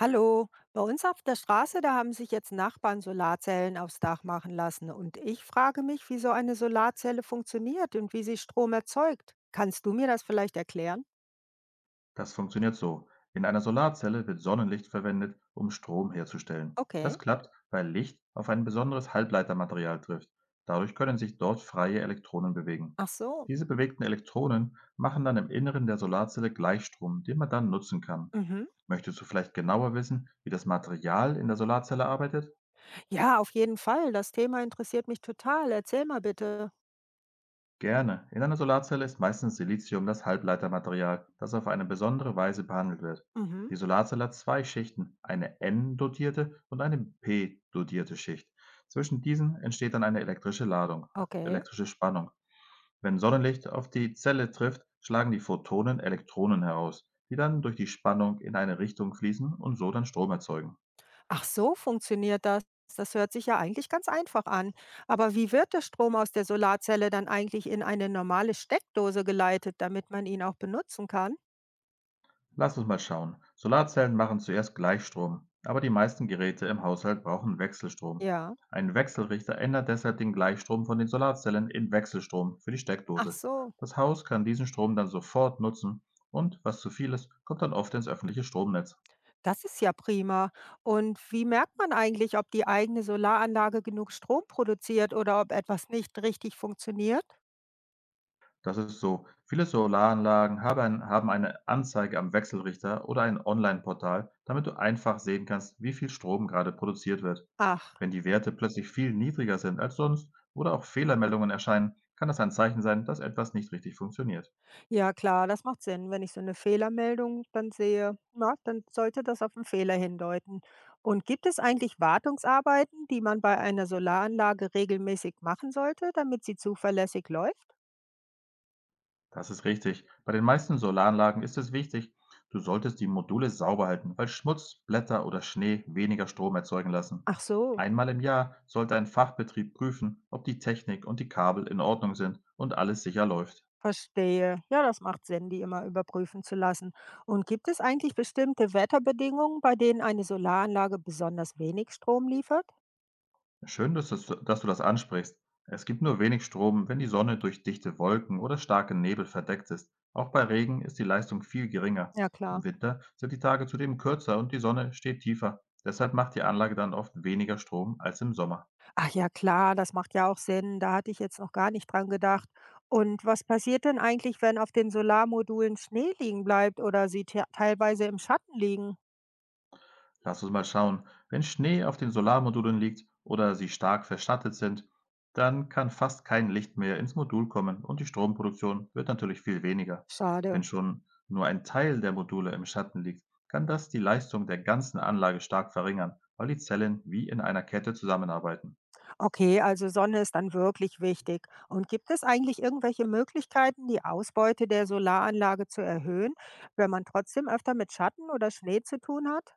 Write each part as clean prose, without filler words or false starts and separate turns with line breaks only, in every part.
Hallo, bei uns auf der Straße, da haben sich jetzt Nachbarn Solarzellen aufs Dach machen lassen. Und ich frage mich, wie so eine Solarzelle funktioniert und wie sie Strom erzeugt. Kannst du mir das vielleicht erklären?
Das funktioniert so. In einer Solarzelle wird Sonnenlicht verwendet, um Strom herzustellen.
Okay,
Das klappt, weil Licht auf ein besonderes Halbleitermaterial trifft. Dadurch können sich dort freie Elektronen bewegen.
ach so.
Diese bewegten Elektronen machen dann im Inneren der Solarzelle Gleichstrom, den man dann nutzen kann.
Mhm.
Möchtest du vielleicht genauer wissen, wie das Material in der Solarzelle arbeitet?
Ja, auf jeden Fall. Das Thema interessiert mich total. Erzähl mal bitte.
Gerne. In einer Solarzelle ist meistens Silizium das Halbleitermaterial, das auf eine besondere Weise behandelt wird.
Mhm.
Die Solarzelle hat zwei Schichten, eine N-dotierte und eine P-dotierte Schicht. Zwischen diesen entsteht dann eine elektrische Ladung,
Okay.
elektrische Spannung. Wenn Sonnenlicht auf die Zelle trifft, schlagen die Photonen Elektronen heraus, die dann durch die Spannung in eine Richtung fließen und so dann Strom erzeugen.
Ach so, funktioniert das. Das hört sich ja eigentlich ganz einfach an. Aber wie wird der Strom aus der Solarzelle dann eigentlich in eine normale Steckdose geleitet, damit man ihn auch benutzen kann?
Lass uns mal schauen. Solarzellen machen zuerst Gleichstrom, aber die meisten Geräte im Haushalt brauchen Wechselstrom.
Ja.
Ein Wechselrichter ändert deshalb den Gleichstrom von den Solarzellen in Wechselstrom für die
Ach
Steckdose.
so,
Das Haus kann diesen Strom dann sofort nutzen und, was zu viel ist, kommt dann oft ins öffentliche Stromnetz.
das ist ja prima. Und wie merkt man eigentlich, ob die eigene Solaranlage genug Strom produziert oder ob etwas nicht richtig funktioniert?
Das ist so. Viele Solaranlagen haben haben eine Anzeige am Wechselrichter oder ein Online-Portal, damit du einfach sehen kannst, wie viel Strom gerade produziert wird.
Ach,
Wenn die Werte plötzlich viel niedriger sind als sonst oder auch Fehlermeldungen erscheinen, kann das ein Zeichen sein, dass etwas nicht richtig funktioniert.
ja klar, das macht Sinn. Wenn ich so eine Fehlermeldung dann sehe, na, dann sollte das auf einen Fehler hindeuten. Und gibt es eigentlich Wartungsarbeiten, die man bei einer Solaranlage regelmäßig machen sollte, damit sie zuverlässig läuft?
Das ist richtig. Bei den meisten Solaranlagen ist es wichtig, du solltest die Module sauber halten, weil Schmutz, Blätter oder Schnee weniger Strom erzeugen lassen.
Ach so,
Einmal im Jahr sollte ein Fachbetrieb prüfen, ob die Technik und die Kabel in Ordnung sind und alles sicher läuft.
verstehe. Ja, das macht Sinn, die immer überprüfen zu lassen. Und gibt es eigentlich bestimmte Wetterbedingungen, bei denen eine Solaranlage besonders wenig Strom liefert?
Schön, dass du das ansprichst. Es gibt nur wenig Strom, wenn die Sonne durch dichte Wolken oder starken Nebel verdeckt ist. Auch bei Regen ist die Leistung viel geringer.
Ja, klar.
Im Winter sind die Tage zudem kürzer und die Sonne steht tiefer. Deshalb macht die Anlage dann oft weniger Strom als im Sommer.
Ach ja, klar, das macht ja auch Sinn. Da hatte ich jetzt noch gar nicht dran gedacht. Und was passiert denn eigentlich, wenn auf den Solarmodulen Schnee liegen bleibt oder sie te teilweise im Schatten liegen?
Lass uns mal schauen. Wenn Schnee auf den Solarmodulen liegt oder sie stark verschattet sind, dann kann fast kein Licht mehr ins Modul kommen und die Stromproduktion wird natürlich viel weniger.
Schade.
Wenn schon nur ein Teil der Module im Schatten liegt, kann das die Leistung der ganzen Anlage stark verringern, weil die Zellen wie in einer Kette zusammenarbeiten.
Okay, also Sonne ist dann wirklich wichtig. Und gibt es eigentlich irgendwelche Möglichkeiten, die Ausbeute der Solaranlage zu erhöhen, wenn man trotzdem öfter mit Schatten oder Schnee zu tun hat?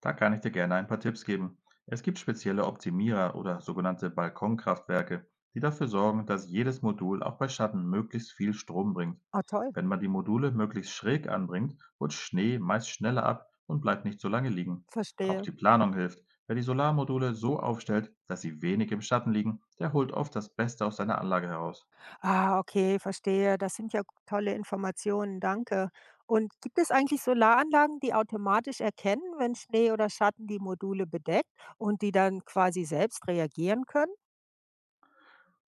Da kann ich dir gerne ein paar Tipps geben. Es gibt spezielle Optimierer oder sogenannte Balkonkraftwerke, die dafür sorgen, dass jedes Modul auch bei Schatten möglichst viel Strom bringt.
Oh, toll.
Wenn man die Module möglichst schräg anbringt, rutscht Schnee meist schneller ab und bleibt nicht so lange liegen. Auch
Verstehe.
die Planung hilft. Wer die Solarmodule so aufstellt, dass sie wenig im Schatten liegen, der holt oft das Beste aus seiner Anlage heraus.
Ah, okay, verstehe. Das sind ja tolle Informationen. Danke. Und gibt es eigentlich Solaranlagen, die automatisch erkennen, wenn Schnee oder Schatten die Module bedeckt und die dann quasi selbst reagieren können?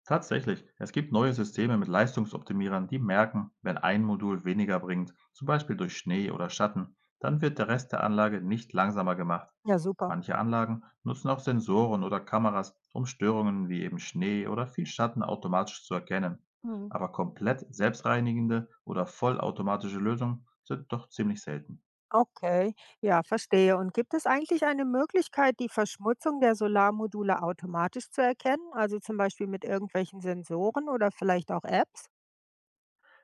Tatsächlich, es gibt neue Systeme mit Leistungsoptimierern, die merken, wenn ein Modul weniger bringt, zum Beispiel durch Schnee oder Schatten, dann wird der Rest der Anlage nicht langsamer gemacht.
Ja, super.
Manche Anlagen nutzen auch Sensoren oder Kameras, um Störungen wie eben Schnee oder viel Schatten automatisch zu erkennen.
Mhm.
Aber komplett selbstreinigende oder vollautomatische Lösungen sind doch ziemlich selten.
Okay, ja, verstehe. Und gibt es eigentlich eine Möglichkeit, die Verschmutzung der Solarmodule automatisch zu erkennen? Also zum Beispiel mit irgendwelchen Sensoren oder vielleicht auch Apps?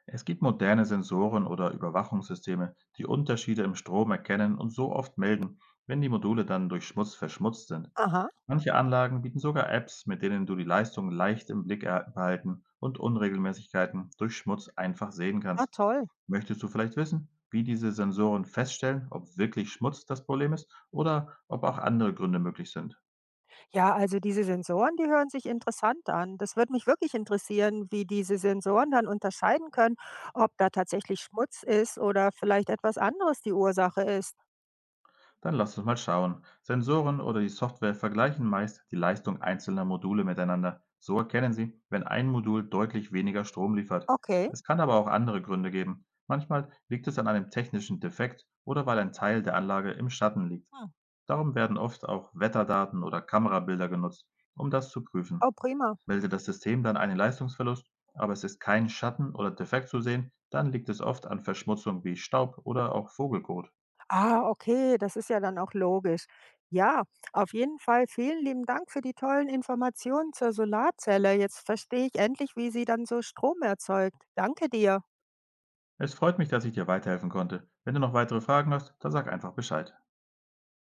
Es gibt moderne Sensoren oder Überwachungssysteme, die Unterschiede im Strom erkennen und so oft melden, wenn die Module dann durch Schmutz verschmutzt sind.
Aha,
Manche Anlagen bieten sogar Apps, mit denen du die Leistung leicht im Blick behalten und Unregelmäßigkeiten durch Schmutz einfach sehen
ah,
kannst.
toll.
Möchtest du vielleicht wissen, wie diese Sensoren feststellen, ob wirklich Schmutz das Problem ist oder ob auch andere Gründe möglich sind?
Ja, also diese Sensoren, die hören sich interessant an. Das würde mich wirklich interessieren, wie diese Sensoren dann unterscheiden können, ob da tatsächlich Schmutz ist oder vielleicht etwas anderes die Ursache ist.
Dann lass uns mal schauen. Sensoren oder die Software vergleichen meist die Leistung einzelner Module miteinander. So erkennen sie, wenn ein Modul deutlich weniger Strom liefert.
Okay,
Es kann aber auch andere Gründe geben. Manchmal liegt es an einem technischen Defekt oder weil ein Teil der Anlage im Schatten liegt.
hm.
Darum werden oft auch Wetterdaten oder Kamerabilder genutzt, um das zu prüfen.
Oh, prima.
Meldet das System dann einen Leistungsverlust, aber es ist kein Schatten oder Defekt zu sehen, dann liegt es oft an Verschmutzung wie Staub oder auch Vogelkot.
Ah, okay, das ist ja dann auch logisch. Ja, auf jeden Fall vielen lieben Dank für die tollen Informationen zur Solarzelle. Jetzt verstehe ich endlich, wie sie dann so Strom erzeugt. Danke dir.
Es freut mich, dass ich dir weiterhelfen konnte. Wenn du noch weitere Fragen hast, dann sag einfach Bescheid.